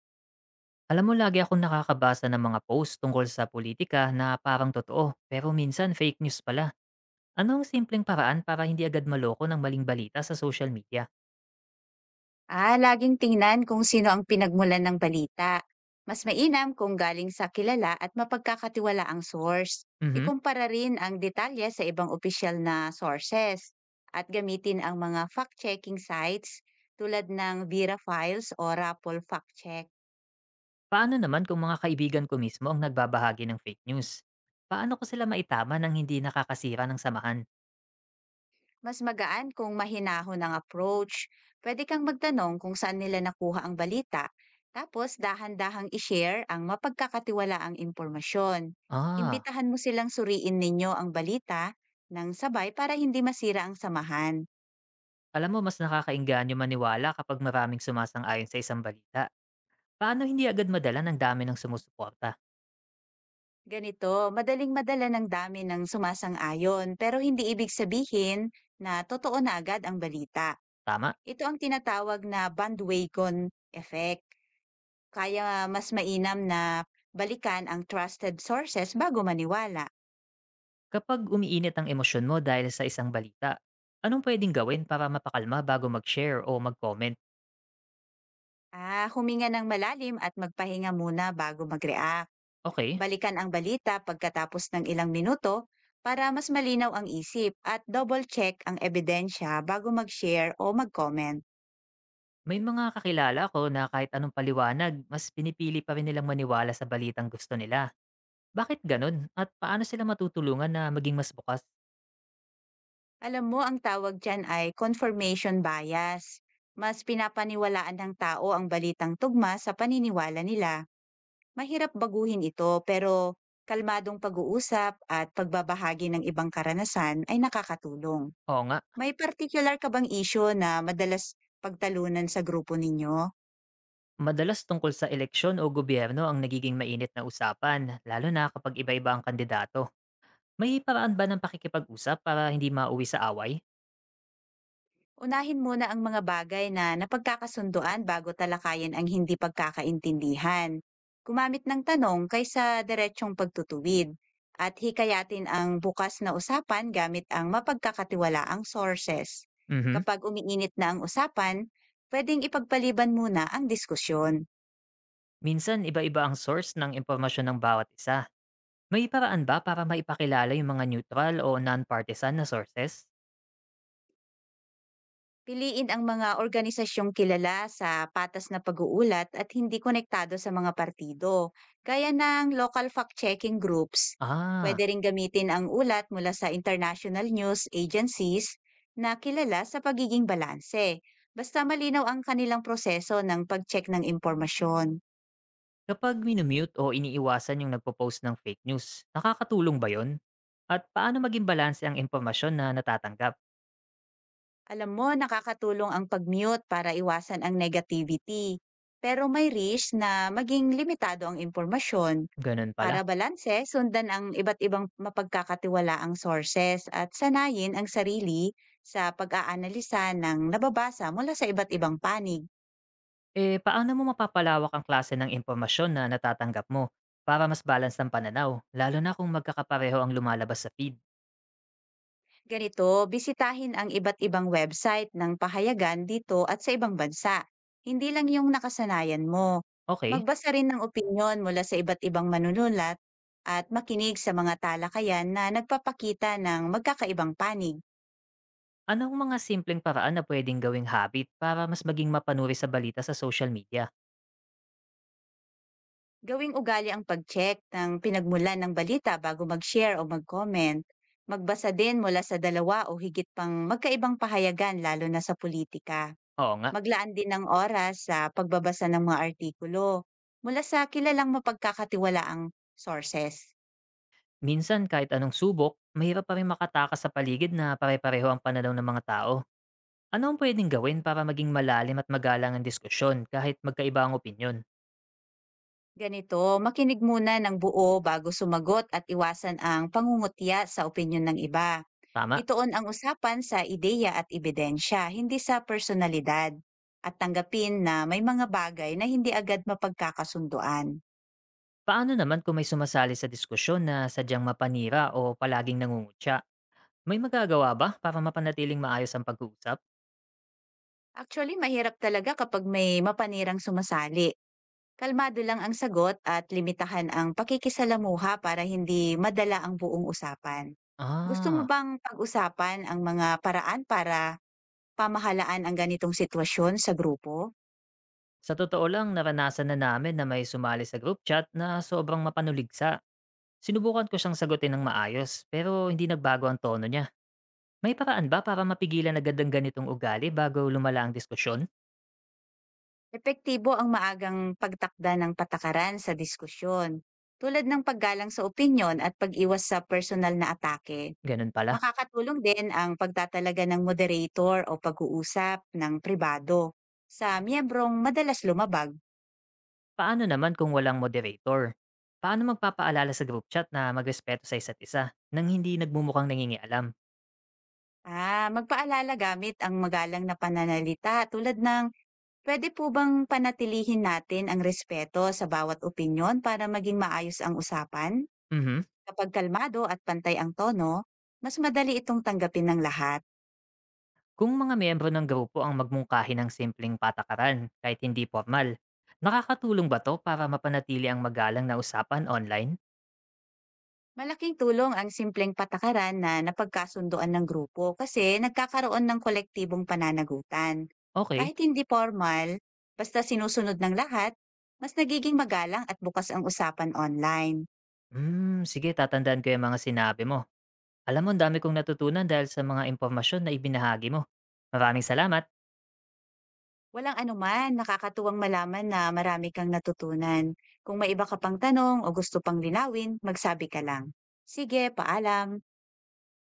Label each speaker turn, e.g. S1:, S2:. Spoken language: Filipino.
S1: Alam mo, lagi akong nakakabasa ng mga post tungkol sa politika na parang totoo, pero minsan fake news pala. Ano ang simpleng paraan para hindi agad maloko ng maling balita sa social media?
S2: Laging tingnan kung sino ang pinagmulan ng balita. Mas mainam kung galing sa kilala at mapagkakatiwala ang source.
S1: Mhm.
S2: Ikumpara rin ang detalye sa ibang opisyal na sources at gamitin ang mga fact-checking sites tulad ng Vera Files o Rappel Fact Check.
S1: Paano naman kung mga kaibigan ko mismo ang nagbabahagi ng fake news? Paano ko sila maitama ng hindi nakakasira ng samahan?
S2: Mas magaan kung mahinahon ang approach. Pwede kang magtanong kung saan nila nakuha ang balita, tapos dahan-dahang i-share ang mapagkakatiwalaang impormasyon.
S1: Ah,
S2: Imbitahan mo silang suriin ninyo ang balita ng sabay para hindi masira ang samahan.
S1: Alam mo, mas nakakainganyo maniwala kapag maraming sumasang-ayon sa isang balita. Paano hindi agad madala ng dami ng sumusuporta?
S2: Ganito, madaling madala ng dami ng sumasang-ayon pero hindi ibig sabihin na totoo na agad ang balita.
S1: Tama?
S2: Ito ang tinatawag na bandwagon effect. Kaya mas mainam na balikan ang trusted sources bago maniwala.
S1: Kapag umiinit ang emosyon mo dahil sa isang balita, anong pwedeng gawin para mapakalma bago mag-share o mag-comment?
S2: Huminga ng malalim at magpahinga muna bago mag-react.
S1: Okay,
S2: Balikan ang balita pagkatapos ng ilang minuto para mas malinaw ang isip at double-check ang ebidensya bago mag-share o mag-comment.
S1: may mga kakilala ko na kahit anong paliwanag, mas pinipili pa rin nilang maniwala sa balitang gusto nila. Bakit ganun? At paano sila matutulungan na maging mas bukas?
S2: Alam mo, ang tawag dyan ay confirmation bias. Mas pinapaniwalaan ng tao ang balitang tugma sa paniniwala nila. Mahirap baguhin ito pero kalmadong pag-uusap at pagbabahagi ng ibang karanasan ay nakakatulong.
S1: Oo nga,
S2: May partikular ka bang issue na madalas pagtalunan sa grupo ninyo?
S1: madalas tungkol sa eleksyon o gobyerno ang nagiging mainit na usapan, lalo na kapag iba-iba ang kandidato. May paraan ba ng pakikipag-usap para hindi mauwi sa away?
S2: Unahin muna ang mga bagay na napagkakasunduan bago talakayin ang hindi pagkakaintindihan. Gumamit ng tanong kaysa diretsyong pagtutuwid at hikayatin ang bukas na usapan gamit ang mapagkakatiwalaang sources.
S1: Mhm.
S2: Kapag umiinit na ang usapan, pwedeng ipagpaliban muna ang diskusyon.
S1: Minsan iba-iba ang source ng impormasyon ng bawat isa. May paraan ba para maipakilala yung mga neutral o non-partisan na sources?
S2: Piliin ang mga organisasyong kilala sa patas na pag-uulat at hindi konektado sa mga partido, gaya ng local fact-checking groups.
S1: Ah,
S2: Pwede rin gamitin ang ulat mula sa international news agencies na kilala sa pagiging balanse, basta malinaw ang kanilang proseso ng pag-check ng impormasyon.
S1: Kapag minumute o iniiwasan yung nagpo-post ng fake news, nakakatulong ba yon? At paano maging balanse ang impormasyon na natatanggap?
S2: Alam mo, nakakatulong ang pag-mute para iwasan ang negativity. Pero may risk na maging limitado ang impormasyon.
S1: Ganun pala.
S2: Para balanse, sundan ang iba't ibang mapagkakatiwalaang sources at sanayin ang sarili sa pag-aanalisa ng nababasa mula sa iba't ibang panig.
S1: Eh, paano mo mapapalawak ang klase ng impormasyon na natatanggap mo para mas balance ng pananaw, lalo na kung magkakapareho ang lumalabas sa feed?
S2: Ganito, bisitahin ang iba't ibang website ng pahayagan dito at sa ibang bansa, hindi lang yung nakasanayan mo.
S1: Okay,
S2: Magbasa rin ng opinyon mula sa iba't ibang manunulat at makinig sa mga talakayan na nagpapakita ng magkakaibang panig.
S1: anong mga simpleng paraan na pwedeng gawing habit para mas maging mapanuri sa balita sa social media?
S2: Gawing ugali ang pag-check ng pinagmulan ng balita bago mag-share o mag-comment. Magbasa din mula sa dalawa o higit pang magkaibang pahayagan lalo na sa politika.
S1: Oo nga.
S2: Maglaan din ng oras sa pagbabasa ng mga artikulo mula sa kilalang mapagkakatiwalaang sources.
S1: Minsan kahit anong subok, mahirap pa rin makatakas sa paligid na pare-pareho ang pananaw ng mga tao. Ano ang pwedeng gawin para maging malalim at magalang ang diskusyon kahit magkaiba ang opinyon?
S2: Ganito, makinig muna ng buo bago sumagot at iwasan ang pangungutya sa opinyon ng iba.
S1: Tama?
S2: Itoon ang usapan sa ideya at ebidensya, hindi sa personalidad. At tanggapin na may mga bagay na hindi agad mapagkakasunduan.
S1: Paano naman kung may sumasali sa diskusyon na sadyang mapanira o palaging nangungutya? May magagawa ba para mapanatiling maayos ang pag-uusap?
S2: Actually, mahirap talaga kapag may mapanirang sumasali. Kalmado lang ang sagot at limitahan ang pakikisalamuha para hindi madala ang buong usapan. Gusto mo
S1: Ah,
S2: bang pag-usapan ang mga paraan para pamahalaan ang ganitong sitwasyon sa grupo?
S1: sa totoo lang naranasan na namin na may sumali sa group chat na sobrang mapanuligsa. Sinubukan ko siyang sagutin ng maayos pero hindi nagbago ang tono niya. May paraan ba para mapigilan agad ang ganitong ugali bago lumala ang diskusyon?
S2: Epektibo ang maagang pagtakda ng patakaran sa diskusyon. Tulad ng paggalang sa opinyon at pag-iwas sa personal na atake,
S1: Ganun pala.
S2: makakatulong din ang pagtatalaga ng moderator o pag-uusap ng pribado sa miyembrong madalas lumabag.
S1: Paano naman kung walang moderator? Paano magpapaalala sa group chat na magrespeto sa isa't isa nang hindi nagmumukhang nangingialam?
S2: Magpaalala gamit ang magalang na pananalita tulad ng pwede po bang panatilihin natin ang respeto sa bawat opinyon para maging maayos ang usapan?
S1: Mhm.
S2: Kapag kalmado at pantay ang tono, mas madali itong tanggapin ng lahat.
S1: Kung mga miyembro ng grupo ang magmungkahi ng simpleng patakaran kahit hindi formal, nakakatulong ba to para mapanatili ang magalang na usapan online?
S2: Malaking tulong ang simpleng patakaran na napagkasunduan ng grupo kasi nagkakaroon ng kolektibong pananagutan.
S1: Okay.
S2: Kahit hindi formal, basta sinusunod ng lahat, mas nagiging magalang at bukas ang usapan online.
S1: Hmm, sige tatandaan ko yung mga sinabi mo. Alam mo, ang dami kong natutunan dahil sa mga impormasyon na ibinahagi mo. Maraming salamat!
S2: Walang anuman, nakakatuwang malaman na marami kang natutunan. Kung may iba ka pang tanong o gusto pang linawin, magsabi ka lang. Sige, paalam.